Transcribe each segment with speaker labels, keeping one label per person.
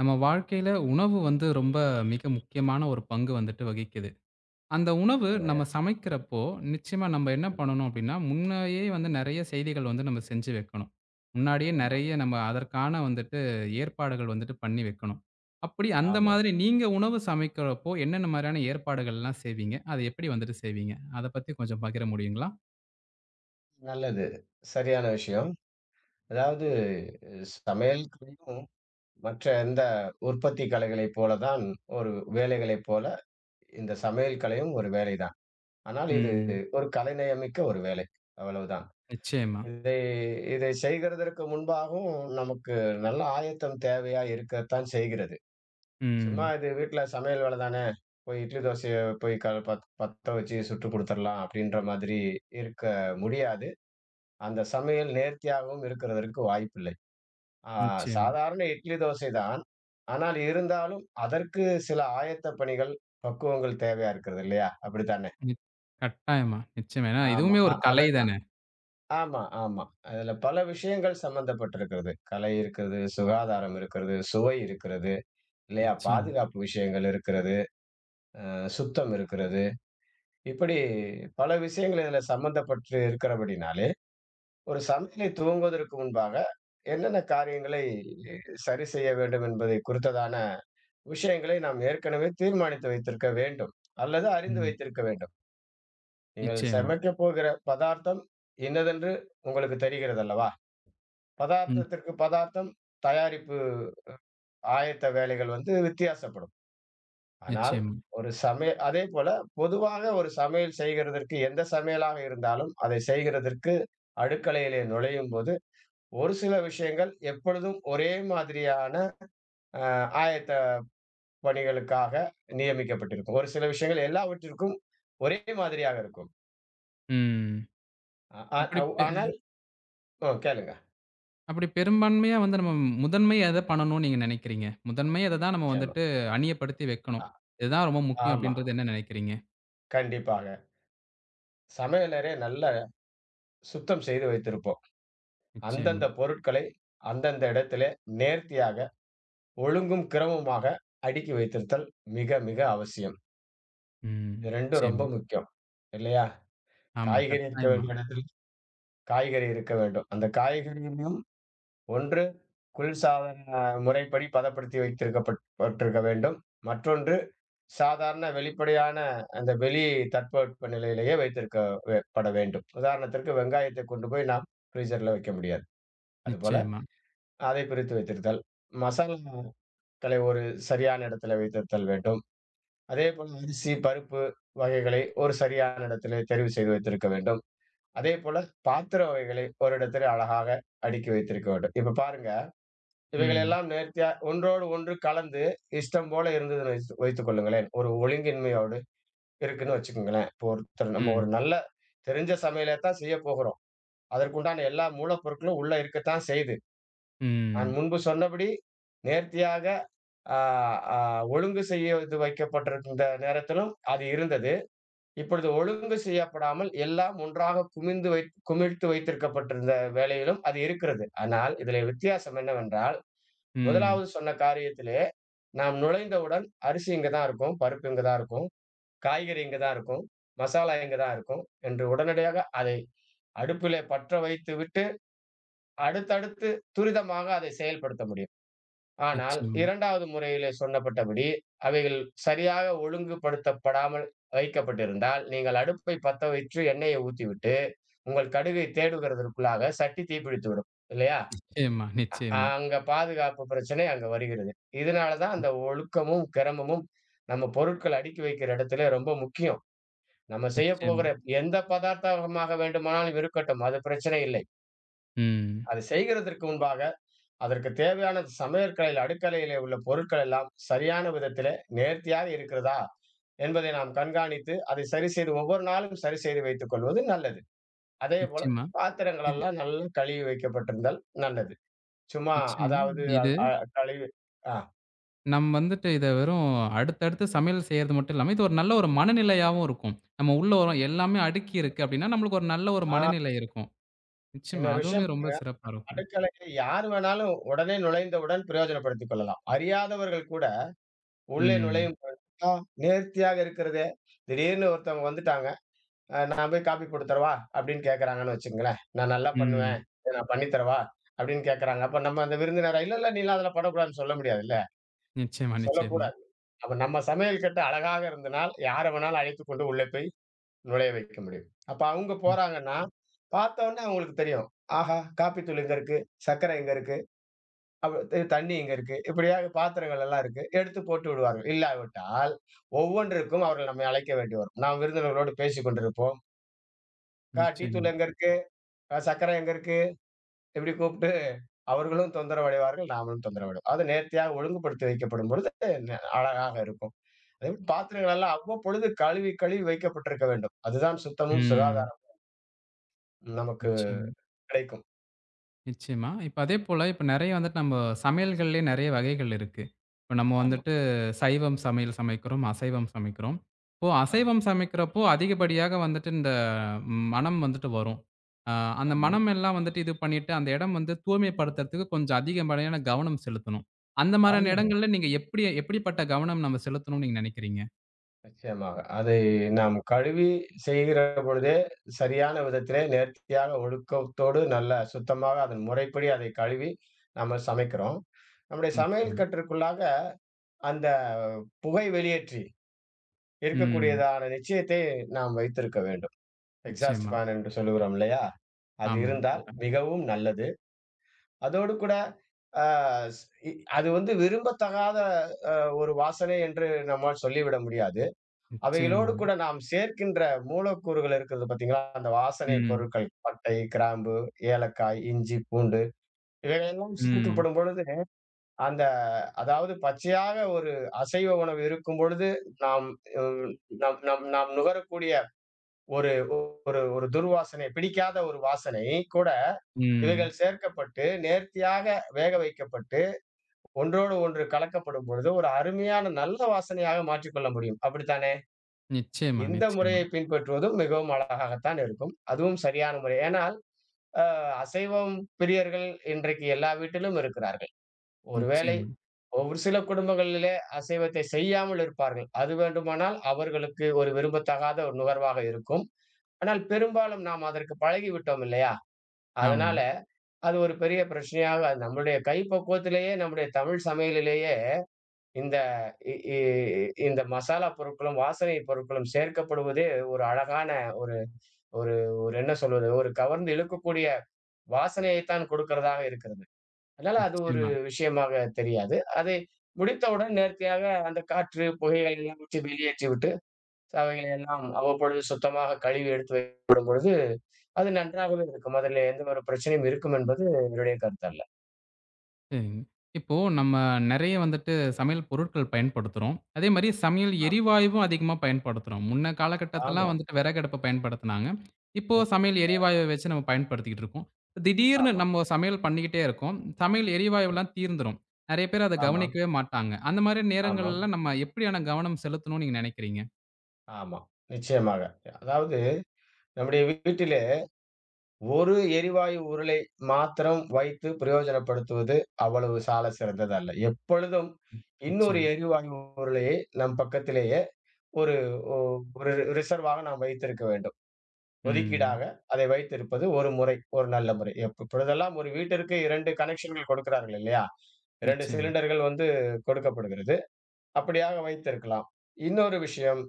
Speaker 1: நம்ம வாழ்க்கையில உணவு வந்து ரொம்ப மிக முக்கியமான ஒரு பங்கு வந்துட்டு வகிக்குது. அந்த உணவு
Speaker 2: உண்மையா?
Speaker 1: நம்ம சமைக்கிறப்போ, நிச்சயமா நம்ம என்ன
Speaker 2: ம்.
Speaker 1: பண்ணணும் அப்டின்னா, முன்னயே வந்து நெறைய செய்திகள் வந்து நம்ம செஞ்சு வைக்கணும். முன்னாடியே
Speaker 2: ஆமா,
Speaker 1: நெறைய நம்ம அதற்கான வந்துட்டு ஏற்பாடுகள் வந்துட்டு பண்ணி வைக்கணும். அப்படி அந்த
Speaker 2: ஆமா.
Speaker 1: மாதிரி நீங்க உணவு சமைக்கிறப்போ, என்னென்ன மாரியான ஏற்பாடுகள்லாம் செய்வீங்க? அத எப்படி வந்துட்டு செய்வீங்க? அத பத்தி கொஞ்சம் பகிர முடியுங்களா?
Speaker 2: நல்லது. சரியான விஷயம். அதாவது சமையல் துறையும் மற்ற எந்த உற்பத்தி கலைகளைப் போல தான் ஒரு வேலைகளைப் போல இந்த சமையல் கலையும் ஒரு வேலைதான். ஆனால் இது
Speaker 1: ம்.
Speaker 2: ஒரு கலைநயமிக்க ஒரு வேலை. அவ்வளவுதான்.
Speaker 1: நிச்சயமா.
Speaker 2: இதை இதை செய்கிறதற்கு முன்பாகவும் நமக்கு நல்ல ஆயத்தம் தேவையா இருக்கத்தான் செய்கிறது. சும்மா
Speaker 1: ம்.
Speaker 2: இது வீட்ல சமையல் வேலை தானே, போய் இட்லி, தோசைய போய் க பத் பத்த வச்சு சுட்டுக் குடுத்துறலாம் அப்படின்ற மாதிரி இருக்க முடியாது. அந்த சமையல் நேர்த்தியாகவும் இருக்கிறதற்கு வாய்ப்பில்லை. ஆ
Speaker 1: நிச்சயமா.
Speaker 2: சாதாரண இட்லி, தோசை தான். ஆனால் இருந்தாலும் அதற்கு சில ஆயத்த பணிகள், பக்குவங்கள் தேவையா இருக்கிறது இல்லையா? அப்படித்தானே?
Speaker 1: நி கட்டாயமா. நிச்சயமா. ஏன்னா,
Speaker 2: ஆமா.
Speaker 1: இதுவுமே
Speaker 2: அ
Speaker 1: ஒரு கலை
Speaker 2: அதத்தான்.
Speaker 1: தானே!
Speaker 2: ஆமா, ஆமா. அதுல பல விஷயங்கள் சம்பந்தப்பட்டிருக்கிறது. கலை இருக்கிறது, சுகாதாரம் இருக்கிறது, சுவை இருக்கிறது இல்லையா?
Speaker 1: நிச்சயமா.
Speaker 2: பாதுகாப்பு விஷயங்கள் இருக்கிறது, சுத்தம் இருக்கிறது. இப்படி பல விஷயங்கள் இதுல சம்பந்தப்பட்டு இருக்கிறபடினாலே ஒரு சமையலை துவங்குவதற்கு முன்பாக என்னென்ன காரியங்களை சரி செய்ய வேண்டும் என்பதை குறித்ததான விஷயங்களை நாம் ஏற்கனவே தீர்மானித்து வைத்திருக்க வேண்டும் அல்லது அறிந்து
Speaker 1: ம்.
Speaker 2: வைத்திருக்க வேண்டும். நீங்கள்
Speaker 1: நிச்சயமா.
Speaker 2: சமைக்க போகிற பதார்த்தம் இன்னதென்று உங்களுக்கு தெரிகிறது அல்லவா?
Speaker 1: ம்.
Speaker 2: பதார்த்தத்திற்கு பதார்த்தம் தயாரிப்பு ஆயத்த வேலைகள் வந்து வித்தியாசப்படும். ஆனால்
Speaker 1: நிச்சயமா.
Speaker 2: ஒரு சமைய அதேபோல பொதுவாக ஒரு சமையல் செய்கிறதற்கு எந்த சமையலாக இருந்தாலும் அதை செய்கிறதற்கு அடுக்கலையிலே நுழையும்போது ஒரு சில விஷயங்கள் எப்பொழுதும் ஒரே மாதிரியான ஆயத்த பணிகளுக்காக நியமிக்கப்பட்டிருக்கும். ஒரு சில விஷயங்கள் எல்லாவற்றிற்கும் ஒரே மாதிரியாக இருக்கும்.
Speaker 1: ம்.
Speaker 2: அ அ
Speaker 1: அப்படி
Speaker 2: அவ்
Speaker 1: பெ
Speaker 2: ஆனால் கேளுங்க.
Speaker 1: அப்படி பெரும்பான்மையா வந்து நம்ம முதன்மையா எத பண்ணணும்னு நீங்க நினைக்கிறீங்க? முதன்மையா இத தான் நம்ம
Speaker 2: நிச்சயமா.
Speaker 1: வந்துட்டு அணியப்படுத்தி வைக்கணும்.
Speaker 2: அ
Speaker 1: இதுதான் ரொம்ப முக்கியம்
Speaker 2: ஆமா.
Speaker 1: அப்படின்றது என்ன நினைக்கிறீங்க?
Speaker 2: கண்டிப்பாக. சமையலறை நல்லா சுத்தம் செய்து வைத்திருப்போம்.
Speaker 1: நிச்சயமா.
Speaker 2: அந்தந்த பொருட்களை அந்தந்த இடத்திலே நேர்த்தியாக, ஒழுங்கும் கிரமமாக அடுக்கி வைத்திருத்தல் மிக, மிக அவசியம்.
Speaker 1: ம்.
Speaker 2: இது 2ம் ரொம்ப
Speaker 1: நிச்சயமா.
Speaker 2: முக்கியம். இல்லையா?
Speaker 1: ஆமா.
Speaker 2: காய்கறி இருக்க
Speaker 1: கட்டாயமா.
Speaker 2: வேண்டிய இடத்தில் காய்கறி இருக்க வேண்டும். அந்த காய்கறியும் ஒன்று குளிர்சாதன முறைப்படி பதப்படுத்தி வைத்திருக்கப்பட் பட்டிருக்க வேண்டும். மற்றொன்று சாதாரண வெளிப்படையான அந்த வெளி தட்பவெட்ப நிலையிலேயே வைத்திருக்க வே பட வேண்டும். உதாரணத்திற்கு வெங்காயத்தை கொண்டு போய் நாம் ஃப்ரீசர்ல வைக்க முடியாது. அதுபோல
Speaker 1: நிச்சயமா.
Speaker 2: அதை பிரித்து வைத்திருத்தல். மசாலாக்களை ஒரு சரியான இடத்துல வைத்திருத்தல் வேண்டும். அதேபோல அரிசி, பருப்பு வகைகளை ஒரு சரியான இடத்திலே தெரிவு செய்து வைத்திருக்க வேண்டும். அதேபோல பாத்திர வகைகளை ஒரு இடத்திலே அழகாக அடுக்கி வைத்திருக்க வேண்டும். இப்ப பாருங்க
Speaker 1: ம்.
Speaker 2: இவைகளெல்லாம் நேர்த்தியா ஒன்றோடு ஒன்று கலந்து இஷ்டம் போல இருந்ததுன்னு வைத்துக் கொள்ளுங்களேன். ஒரு ஒழுங்கின்மையோடு இருக்குன்னு வச்சுக்கங்களேன். இப்போ ஒருத்தர் நம்ம
Speaker 1: ம்.
Speaker 2: ஒரு நல்ல தெரிஞ்ச சமையல தான் செய்யப் போகிறோம். அதற்குண்டான எல்லா மூலப்பொருட்களும் உள்ள இருக்கத்தான் செய்யுது. நான்
Speaker 1: ம்.
Speaker 2: முன்பு சொன்னபடி நேர்த்தியாக அ அ ஒழுங்கு செய்வது வைக்கப்பட்டிருந்த நேரத்திலும் அது இருந்தது. இப்பொழுது ஒழுங்கு செய்யப்படாமல் எல்லாம் ஒன்றாக குமிந்து வைத் குமிழ்த்து வைத்திருக்கப்பட்டிருந்த வேளையிலும் அது இருக்கிறது. ஆனால் இதிலே வித்தியாசம் என்னவென்றால்,
Speaker 1: ம்.
Speaker 2: முதலாவது சொன்ன காரியத்திலே நாம் நுழைந்தவுடன் அரிசி இங்க தான் இருக்கும், பருப்பு இங்க தான் இருக்கும், காய்கறி இங்க தான் இருக்கும், மசாலா இங்க தான் இருக்கும் என்று உடனடியாக அதை அடுப்பிலே பற்ற வைத்துவிட்டு, அடுத்தடுத்து துரிதமாக அதை செயல்படுத்த முடியும். ஆனால்
Speaker 1: நிச்சயமா.
Speaker 2: 2வது முறையிலே சொன்னப்பட்டபடி, அவைகள் சரியாக ஒழுங்குபடுத்தப்படாமல் வைக்கப்பட்டிருந்தால், நீங்கள் அடுப்பை பத்த வைத்து எண்ணெயை ஊத்திவிட்டு, உங்கள் கடுகை தேடுகிறதற்குள்ளாக சட்டி தீப்பிடித்துவிடும். இல்லையா?
Speaker 1: நிச்சயமா. நிச்சயமா.
Speaker 2: அங்க பாதுகாப்பு பிரச்சனை அங்க வருகிறது. இதனால தான் அந்த ஒழுக்கமும், கிரமமும் நம்ம பொருட்கள் அடுக்கி வைக்கிற இடத்துல ரொம்ப முக்கியம். நம்ம செய்யப்
Speaker 1: நிச்சயமா.
Speaker 2: போகிற எந்த பதார்த்தமாக வேண்டுமானாலும் இருக்கட்டும். அது பிரச்சனை இல்லை.
Speaker 1: ம்.
Speaker 2: அது செய்கிறதற்கு முன்பாக அதற்கு தேவையான சமையற்கலையில், அடுக்கலையிலே உள்ள பொருட்கள் எல்லாம் சரியான விதத்திலே நேர்த்தியாக இருக்கிறதா? என்பதை நாம் கண்காணித்து, அதை சரி செய்து ஒவ்வொரு நாளும் சரி செய்து வைத்துக் கொள்வது நல்லது. அதேபோல
Speaker 1: நிச்சயமா. இது
Speaker 2: பாத்திரங்களெல்லாம் நல்லா கழுவி வைக்கப்பட்டிருந்தால் நல்லது. சும்மா
Speaker 1: நிச்சயமா.
Speaker 2: அதாவது அ
Speaker 1: இது
Speaker 2: அ கழிவு ஆ.
Speaker 1: நம்ம வந்துட்டு இத வெறும் அடுத்தடுத்து சமையல் செய்றது மட்டும் இல்லாம, இது ஒரு நல்ல ஒரு மனநிலையாவும் இருக்கும். நம்ம உள்ள வரோம். எல்லாமே அடுக்கி இருக்கு அப்டின்னா, நம்மளுக்கு ஒரு நல்ல ஒரு
Speaker 2: ஆ
Speaker 1: மனநிலை இருக்கும். நிச்சயமா.
Speaker 2: இன்னொரு
Speaker 1: அதுவுமே
Speaker 2: விஷயம்
Speaker 1: ரொம்ப சிறப்பா இருக்கும்.
Speaker 2: அடுக்கலையில யார் வேணாலும் உடனே நுழைந்தவுடன் பிரயோஜனப்படுத்திக் கொள்ளலாம். அறியாதவர்கள் கூட உள்ளே
Speaker 1: ம்.
Speaker 2: நுழையும் பொழுது, "ஆ நேர்த்தியாக இருக்கிறதே!" திடீர்னு ஒருத்தவங்க வந்துட்டாங்க. "நான் போய் காப்பி போட்டு தரவா?" அப்படின்னு கேட்கறாங்கன்னு வச்சுக்கங்களேன். "நான் நல்லா பண்ணுவேன்.
Speaker 1: ம்.
Speaker 2: இத நான் பண்ணி தரவா?" அப்படின்னு கேட்கறாங்க. அப்ப நம்ம அந்த விருந்தினர, "இல்ல, இல்ல நீலாம் அதெல்லாம் பண்ணக்கூடாதுன்னு" சொல்ல முடியாதுல்ல.
Speaker 1: நிச்சயமா, நிச்சயமா.
Speaker 2: சொல்லக்கூடாது. அப்ப நம்ம சமையல் கட்டு அழகாக இருந்தனால், யார வேணாலும் அழைத்துக் கொண்டு உள்ளே போய் நுழைய வைக்க முடியும். அப்ப அவங்க
Speaker 1: ம்.
Speaker 2: போறாங்கன்னா, பார்த்தோனே அவங்களுக்கு தெரியும். ஆஹா! காப்பி தூள் இங்க இருக்கு, சர்க்கரை இங்க இருக்கு, அப்ப தண்ணி இங்க இருக்கு. இப்படியாக பாத்திரங்கள் எல்லாம் இருக்கு. எடுத்து போட்டு விடுவார்கள். இல்லாவிட்டால், ஒவ்வொன்றிற்கும் அவர்கள் நம்மை அழைக்க வேண்டி வரும். நாம் விருந்தினர்களோடு பேசிக் கொண்டிருப்போம். "அக்கா டீ தூள்
Speaker 1: நிச்சயமா.
Speaker 2: எங்க இருக்கு? சர்க்கரை எங்க இருக்கு?" இப்படி கூப்பிட்டு அவர்களும் தொந்தரவு அடைவார்கள், நாமளும் தொந்தரவு அடைவோம். அது நேர்த்தியாக ஒழுங்குபடுத்தி வைக்கப்படும் பொழுது ந அழகாக இருக்கும். அதேபோல பாத்திரங்கள் எல்லாம் அவ்வப்பொழுது கழுவி வைக்கப்பட்டிருக்க வேண்டும். அதுதான் சுத்தமும்
Speaker 1: ம்.
Speaker 2: சுகாதாரம் நமக்கு
Speaker 1: நிச்சயமா.
Speaker 2: கிடைக்கும்.
Speaker 1: நிச்சயமா. இப்ப அதே போல, இப்ப நெறைய வந்துட்டு நம்ம சமையல்கள்லயே நெறைய வகைகள் இருக்கு. இப்ப நம்ம
Speaker 2: ஆமா.
Speaker 1: வந்துட்டு சைவம் சமையல் சமைக்கிறோம், அசைவம் சமைக்கிறோம். இப்போ
Speaker 2: ஆம்.
Speaker 1: அசைவம் சமைக்கிறப்போ அதிகப்படியாக வந்துட்டு இந்த மணம் வந்துட்டு வரும். அ அந்த
Speaker 2: ஆமாம்.
Speaker 1: மணம் எல்லாம் வந்துட்டு இது பண்ணிட்டு, அந்த இடம் வந்து தூய்மைப்படுத்துறதுக்கு கொஞ்சம் அதிகப்படியான கவனம் செலுத்தணும். அந்த மாரியான
Speaker 2: ஆமாமா.
Speaker 1: இடங்கள்ல நீங்க எப்படி எப்படிப்பட்ட கவனம் நம்ம செலுத்தணும்னு நீங்க நெனைக்கிறீங்க?
Speaker 2: நிச்சயமாக. அதை நாம் கழுவி செய்கிற பொழுதே, சரியான விதத்திலே நேர்த்தியாக ஒழுக்கத்தோடு நல்ல சுத்தமாக அதன் முறைப்படி அதை கழுவி நம்ம சமைக்கிறோம். நம்முடைய சமையல்
Speaker 1: நிச்சயமா.
Speaker 2: கட்டுக்குள்ளாக அந்த புகை வெளியேற்றி
Speaker 1: ம்.
Speaker 2: இருக்கக்கூடியதான நிச்சயத்தை நாம் வைத்திருக்க வேண்டும். எக்ஸாஸ்ட்
Speaker 1: நிச்சயமா.
Speaker 2: ஃபேன் என்று சொல்லுகிறோம் இல்லையா? அது
Speaker 1: ஆமாம்.
Speaker 2: இருந்தால்
Speaker 1: அதான்.
Speaker 2: மிகவும் நல்லது. அதோடு கூட அ ஸ் இ அது வந்து விரும்பத்தகாத அ ஒரு வாசனை என்று நம்மால் சொல்லிவிட முடியாது. அவைகளோடு
Speaker 1: நிச்சயமாங்க.
Speaker 2: கூட நாம் சேர்க்கின்ற மூலக்கூறுகள் இருக்கிறது பார்த்தீங்களா? அந்த வாசனை
Speaker 1: ம்.
Speaker 2: பொருட்கள் பட்டை, கிராம்பு, ஏலக்காய், இஞ்சி, பூண்டு இவைகளெல்லாம்
Speaker 1: ம்.
Speaker 2: சேர்க்கப்படும் பொழுது, அந்த அதாவது பச்சையாக ஒரு அசைவ உணவு இருக்கும் பொழுது, நாம் ம் நம் நம் நாம் நுகரக்கூடிய ஒரு ஒரு ஒரு துர்வாசனை, பிடிக்காத ஒரு வாசனை கூட
Speaker 1: ம்.
Speaker 2: இவைகள் சேர்க்கப்பட்டு, நேர்த்தியாக வேக வைக்கப்பட்டு, ஒன்றோடு ஒன்று கலக்கப்படும் பொழுது, ஒரு அருமையான நல்ல வாசனையாக மாற்றிக்கொள்ள முடியும். அப்படித்தானே?
Speaker 1: நிச்சயமா,
Speaker 2: இந்த
Speaker 1: நிச்சயமா.
Speaker 2: முறையை பின்பற்றுவதும் மிகவும் அழகாகத்தான் இருக்கும். அதுவும் சரியான முறை. ஏனால், அ அசைவம் பிரியர்கள் இன்றைக்கு எல்லா வீட்டிலும் இருக்கிறார்கள். ஒருவேளை
Speaker 1: நிச்சயமா.
Speaker 2: ஒரு சில குடும்பங்களிலே அசைவத்தை செய்யாமல் இருப்பார்கள். அது வேண்டுமானால் அவர்களுக்கு ஒரு விரும்பத்தகாத ஒரு நுகர்வாக இருக்கும். ஆனால் பெரும்பாலும் நாம் அதற்கு பழகிவிட்டோம் இல்லையா?
Speaker 1: ஆமா.
Speaker 2: அதனால அது ஒரு பெரிய பிரச்சனையாக அது நம்முடைய கைப்பக்குவத்திலேயே நம்முடைய தமிழ் சமையலிலேயே இந்த இ இ இந்த மசாலா பொருட்களும், வாசனை பொருட்களும் சேர்க்கப்படுவதே ஒரு அழகான ஒரு ஒரு ஒரு என்ன சொல்வது? ஒரு கவர்ந்து இழுக்கக்கூடிய வாசனையைத்தான் கொடுக்கிறதாக இருக்கிறது. அதனால அது ஒரு
Speaker 1: நிச்சயமா.
Speaker 2: விஷயமாக தெரியாது. அதை முடித்தவுடன் நேர்த்தியாக அந்த காற்று, புகைகளை எல்லாம் விட்டு வெளியேற்றிவிட்டு, அவைகளை எல்லாம் அவ்வப்பொழுது சுத்தமாக கழுவி எடுத்து வைக்கப்படும் பொழுது, அது நன்றாகவே இருக்கும். அதில எந்த ஒரு பிரச்சனையும் இருக்கும் என்பது என்னுடைய கருத்தல்ல.
Speaker 1: சரிங்க. இப்போ நம்ம நெறைய வந்துட்டு சமையல் பொருட்கள் பயன்படுத்துறோம். அதே மாரி சமையல்
Speaker 2: ஆம்.
Speaker 1: எரிவாயுவும் அதிகமா பயன்படுத்துறோம். முன்ன காலகட்டத்தலாம்
Speaker 2: ஆமாம்.
Speaker 1: வந்துட்டு விறகு அடுப்ப பயன்படுத்துனாங்க. இப்போ
Speaker 2: நிச்
Speaker 1: சமையல் எரிவாயுவ வச்சு நம்ம பயன்படுத்திக்கிட்டு இருக்கோம். திடீர்னு
Speaker 2: ஆமா,
Speaker 1: நம்ம சமையல் பண்ணிக்கிட்டே இருக்கோம். சமையல் எரிவாயுவெல்லாம் தீர்ந்துரும். நெறைய பேர் அத
Speaker 2: ஆமாம்,
Speaker 1: கவனிக்கவே மாட்டாங்க. அந்த மாரி
Speaker 2: ஆமாம்,
Speaker 1: நேரங்கள்ல நம்ம எப்படியான கவனம் செலுத்தணும்னு நீங்க நினைக்கிறீங்க?
Speaker 2: ஆமாம். நிச்சயமாக. அதாவது நம்முடைய வீட்டிலே ஒரு எரிவாயு உருளை மாத்திரம் வைத்து பிரயோஜனப்படுத்துவது அவ்வளவு சால சிறந்ததல்ல. எப்பொழுதும் இன்னொரு
Speaker 1: நிச்சயம்.
Speaker 2: எரிவாயு உருளையை நம் பக்கத்திலேயே ஒரு ஒ ஒரு ரிசர்வாக நாம் வைத்திருக்க வேண்டும். ஒதுக்கீடாக
Speaker 1: ம்.
Speaker 2: அதை வைத்திருப்பது ஒரு முறை, ஒரு நல்ல முறை. இப்பொழுதெல்லாம் ஒரு வீட்டிற்கு 2 கனெக்ஷன்கள் கொடுக்கிறார்கள் இல்லையா? 2
Speaker 1: நிச்சயம்,
Speaker 2: சிலிண்டர்கள் வந்து கொடுக்கப்படுகிறது. அப்படியாக வைத்திருக்கலாம். இன்னொரு விஷயம்,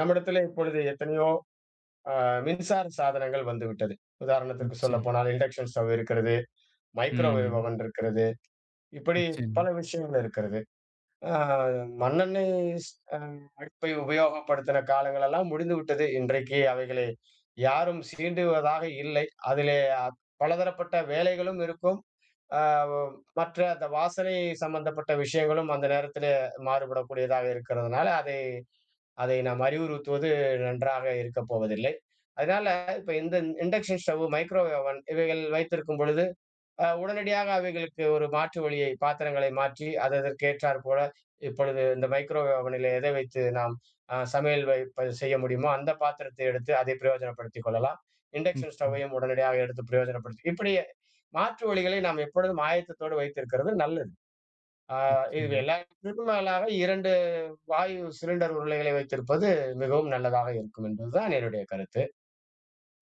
Speaker 2: நம்மிடத்திலே இப்பொழுது எத்தனையோ அ மின்சார சாதனங்கள் வந்துவிட்டது. உதாரணத்திற்கு
Speaker 1: நிச்சயம்.
Speaker 2: சொல்லப்போனால் இண்டக்ஷன் ஸ்டவ் இருக்கிறது, மைக்ரோவேவ்
Speaker 1: ம்.
Speaker 2: ஓவன் இருக்கிறது. இப்படி
Speaker 1: நிச்சயம்,
Speaker 2: பல விஷயங்கள் இருக்கிறது. அ மண்ணெண்ணெய் ஸ் அ அடுப்பை உபயோகப்படுத்தின காலங்கள் எல்லாம் முடிந்துவிட்டது. இன்றைக்கு அவைகளை யாரும் சீண்டுவதாக இல்லை. அதிலே பலதரப்பட்ட வேலைகளும் இருக்கும். அ வ் மற்ற அந்த வாசனை சம்பந்தப்பட்ட விஷயங்களும் அந்த நேரத்திலே மாறுபடக்கூடியதாக இருக்கிறதுனால, அதை அதை நாம் அறிவுறுத்துவது நன்றாக இருக்கப் போவதில்லை. அதனால இப்ப இந்த இண்டக்ஷன் ஸ்டவ்வு, மைக்ரோவேவ் அவன் இவைகள் வைத்திருக்கும் பொழுது, உடனடியாக அவைகளுக்கு ஒரு மாற்று வழியை பாத்திரங்களை மாற்றி, அது அதற்கேற்றாற்போல இப்பொழுது இந்த மைக்ரோவேவ் அவனிலே எதை வைத்து நாம் சமையல் செய்ய முடியுமோ, அந்த பாத்திரத்தை எடுத்து அதை பிரயோஜனப்படுத்திக் கொள்ளலாம். இண்டக்ஷன்
Speaker 1: நிச்சயம்,
Speaker 2: ஸ்டவ்வையும் உடனடியாக எடுத்து பிரயோஜனப்படுத்தி இப்படி மாற்று வழிகளை நாம் எப்பொழுதும் ஆயத்தத்தோடு வைத்திருக்கிறது நல்லது. ஆ இது
Speaker 1: நிச்சயமா.
Speaker 2: எல்லாத்திற்கும் மேலாக 2 வாயு சிலிண்டர் உருளைகளை வைத்திருப்பது மிகவும் நல்லதாக இருக்கும் என்பதுதான் என்னுடைய கருத்து.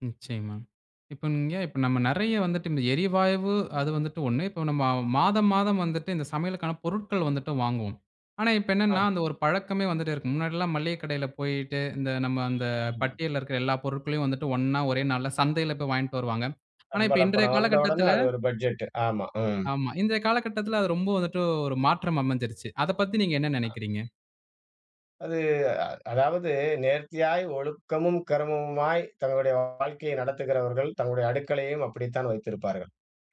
Speaker 1: நிச்சயமா. இப்ப நம்ம நெறைய வந்துட்டு இந்த எரிவாயு அது வந்துட்டு ஒண்ணு. இப்ப நம்ம மாதம், மாதம் வந்துட்டு இந்த சமையலுக்கான பொருட்கள் வந்துட்டு வாங்குவோம். ஆனா, இப்ப என்னன்னா
Speaker 2: ஆம்,
Speaker 1: அந்த ஒரு பழக்கமே வந்துட்டே இருக்கு. முன்னாடிலாம் மளிகை கடையில போயிட்டு, இந்த நம்ம அந்த
Speaker 2: ஆமா.
Speaker 1: பட்டியல்ல இருக்கிற எல்லா பொருட்களையும் வந்துட்டு ஒண்ணா ஒரே நாள்ல சந்தையில போய் வாங்கிட்டு வருவாங்க. ஆனா, இப்ப
Speaker 2: சம்பள
Speaker 1: இன்றைய
Speaker 2: பணம் வந்த உடனே
Speaker 1: காலகட்டத்தில
Speaker 2: அது ஒரு பட்ஜெட். ஆமா. ம்.
Speaker 1: ஆமா. இன்றைய காலகட்டத்தில அது ரொம்ப வந்துட்டு ஒரு மாற்றம் அமைஞ்சிருச்சு. அத பத்தி நீங்க என்ன நெனைக்கிறீங்க?
Speaker 2: அது அதாவது நேர்த்தியாய் ஒழுக்கமும், கருமமுமாய் தங்களுடைய வாழ்க்கையை நடத்துகிறவர்கள் தங்களுடைய அடுக்களையும் அப்படித்தான் வைத்திருப்பார்கள்.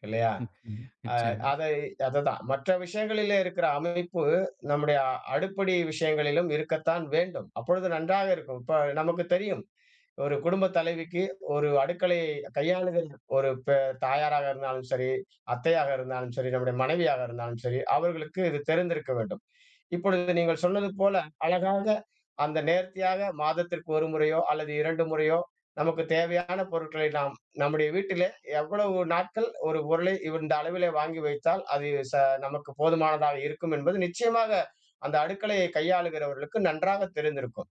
Speaker 2: இல்லையா?
Speaker 1: நிச்சயமா,
Speaker 2: அ
Speaker 1: நிச்சயமா,
Speaker 2: அதை அதுதான். மற்ற விஷயங்களிலே இருக்கிற அமைப்பு நம்முடைய அடிப்படை விஷயங்களிலும் இருக்கத்தான் வேண்டும். அப்பொழுது நன்றாக இருக்கும். இப்ப நமக்கு தெரியும். ஒரு குடும்ப தலைவிக்கு ஒரு அடுக்கலையை கையாளுதல் ஒரு பெ தாயாராக இருந்தாலும் சரி, அத்தையாக இருந்தாலும் சரி, நம்முடைய மனைவியாக இருந்தாலும் சரி, அவர்களுக்கு இது தெரிந்திருக்க வேண்டும். இப்பொழுது நீங்கள் சொன்னது போல அழகாக அந்த நேர்த்தியாக மாதத்திற்கு 1 முறையோ அல்லது 2 முறையோ நமக்கு தேவையான பொருட்களை நாம் நம்முடைய வீட்டிலே எவ்வளவு நாட்கள் ஒரு பொருளை இந்த அளவிலே வாங்கி வைத்தால் அது ச நமக்கு போதுமானதாக இருக்கும் என்பது நிச்சயமாக அந்த அடுக்கலையை கையாளுகிறவர்களுக்கு நன்றாக தெரிந்திருக்கும்.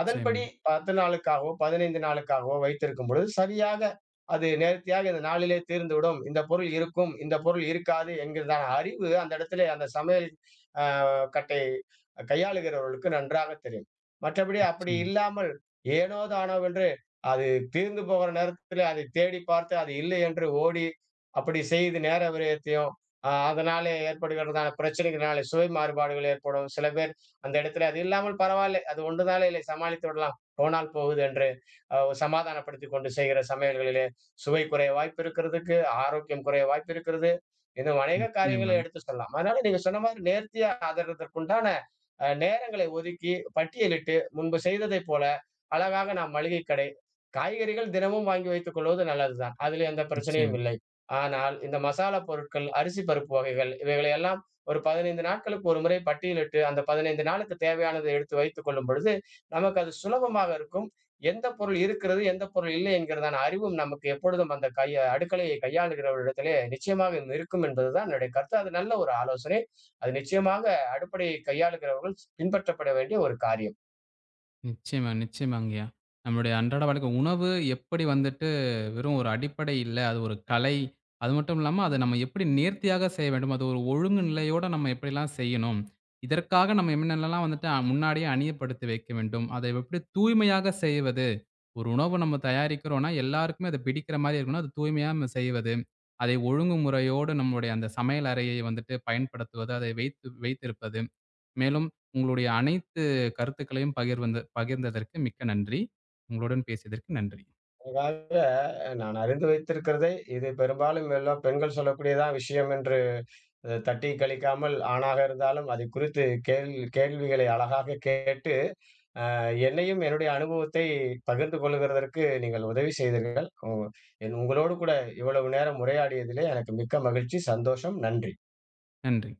Speaker 2: அதன்படி 10 நாளுக்காகவோ, 15 நாளுக்காகவோ வைத்திருக்கும் பொழுது, சரியாக அது நேர்த்தியாக இந்த நாளிலே தீர்ந்துவிடும். இந்த பொருள் இருக்கும், இந்த பொருள் இருக்காது என்கிறதான அறிவு அந்த இடத்திலே அந்த சமையல் அ கட்டை கையாளுகிறவர்களுக்கு நன்றாக தெரியும். மற்றபடி அப்படி
Speaker 1: நிச்சயமா,
Speaker 2: இல்லாமல் ஏனோ தானோவென்று அது தீர்ந்து போகிற நேரத்திலே அதை தேடி பார்த்து அது இல்லை என்று ஓடி, அப்படி செய்து நேர விரயத்தையும், அதனாலே ஏற்படுகிறதான பிரச்சனைகள்னாலே சுவை மாறுபாடுகள் ஏற்படும். சில பேர் அந்த இடத்துல அது இல்லாமல் பரவாயில்லை. அது ஒன்றுதானே இல்லை சமாளித்து விடலாம். போனால் போகுது என்று அ சமாதானப்படுத்திக் கொண்டு செய்கிற சமையல்களிலே சுவை குறைய வாய்ப்பு இருக்கிறதுக்கு, ஆரோக்கியம் குறைய வாய்ப்பு இருக்கிறது. இன்னும் அநேக
Speaker 1: நிச்சயமா,
Speaker 2: காரியங்களை எடுத்து சொல்லலாம். அதனால நீங்க சொன்ன மாதிரி நேர்த்தியா ஆதரதற்குண்டான நேரங்களை ஒதுக்கி, பட்டியலிட்டு முன்பு செய்ததைப் போல அழகாக நாம் மளிகை கடை, காய்கறிகள் தினமும் வாங்கி வைத்துக் கொள்வது நல்லதுதான். அதிலே எந்த பிரச்சனையும்
Speaker 1: நிச்சயமா.
Speaker 2: இல்லை. ஆனால் இந்த மசாலா பொருட்கள், அரிசி பருப்பு வகைகள் இவைகளை எல்லாம் ஒரு 15 நாட்களுக்கு ஒரு முறை பட்டியலிட்டு, அந்த 15 நாளுக்கு தேவையானதை எடுத்து வைத்துக் கொள்ளும் பொழுது, நமக்கு அது சுலபமாக இருக்கும். எந்த பொருள் இருக்கிறது, எந்த பொருள் இல்லை என்கிறதான அறிவும் நமக்கு எப்பொழுதும் அந்த அடுக்கலையை கையாளுகிறவரிடத்திலே நிச்சயமாக இருக்கும் என்பதுதான் என்னுடைய கருத்து. அது நல்ல ஒரு ஆலோசனை. அது நிச்சயமாக அடுப்படையை கையாளுகிறவர்கள் பின்பற்றப்பட வேண்டிய ஒரு காரியம்.
Speaker 1: நிச்சயமா, நிச்சயமாங்கய்யா. நம்மளுடைய அன்றாட வாழ்க்கை உணவு எப்படி வந்துட்டு வெறும் ஒரு அடிப்படை இல்ல, அது ஒரு கலை. அது மட்டும் இல்லாம அத நம்ம எப்படி நேர்த்தியாக செய்ய வேண்டும், அது ஒரு ஒழுங்கு நிலையோட நம்ம எப்படிலாம் செய்யணும். இதற்காக நம்ம என்னென்னலாம் வந்துட்டு முன்னாடியே அணியப்படுத்தி வைக்க வேண்டும். அதை எப்படி தூய்மையாக செய்வது. ஒரு உணவு நம்ம தயாரிக்கிறோம்னா, எல்லாருக்குமே அது பிடிக்கிற மாரி இருக்கணும். அது தூய்மையா நம்ம செய்வது. அதை ஒழுங்குமுறையோடு நம்மளுடைய அந்த சமையல் அறையை வந்துட்டு பயன்படுத்துவது. அதை வைத்து வைத்திருப்பது. மேலும் உங்களுடைய அனைத்து கருத்துக்களையும் பகிர்ந்ததற்கு மிக்க நன்றி. உங்களுடன் பேசியதற்கு நன்றி.
Speaker 2: அதுக்காக நான் அறிந்து வைத்திருக்கிறதை, இது பெரும்பாலும் எல்லா பெண்கள் சொல்லக்கூடியதான் விஷயம் என்று தட்டி கழிக்காமல், ஆணாக இருந்தாலும் அதை குறித்து கேள்விகளை அழகாக கேட்டு, அ என்னையும் என்னுடைய அனுபவத்தை பகிர்ந்து கொள்ளுகிறதற்கு நீங்கள் உதவி செய்தீர்கள். உ என் உங்களோடு கூட இவ்வளவு நேரம் உரையாடியதிலே எனக்கு மிக்க மகிழ்ச்சி, சந்தோஷம். நன்றி.
Speaker 1: நன்றி.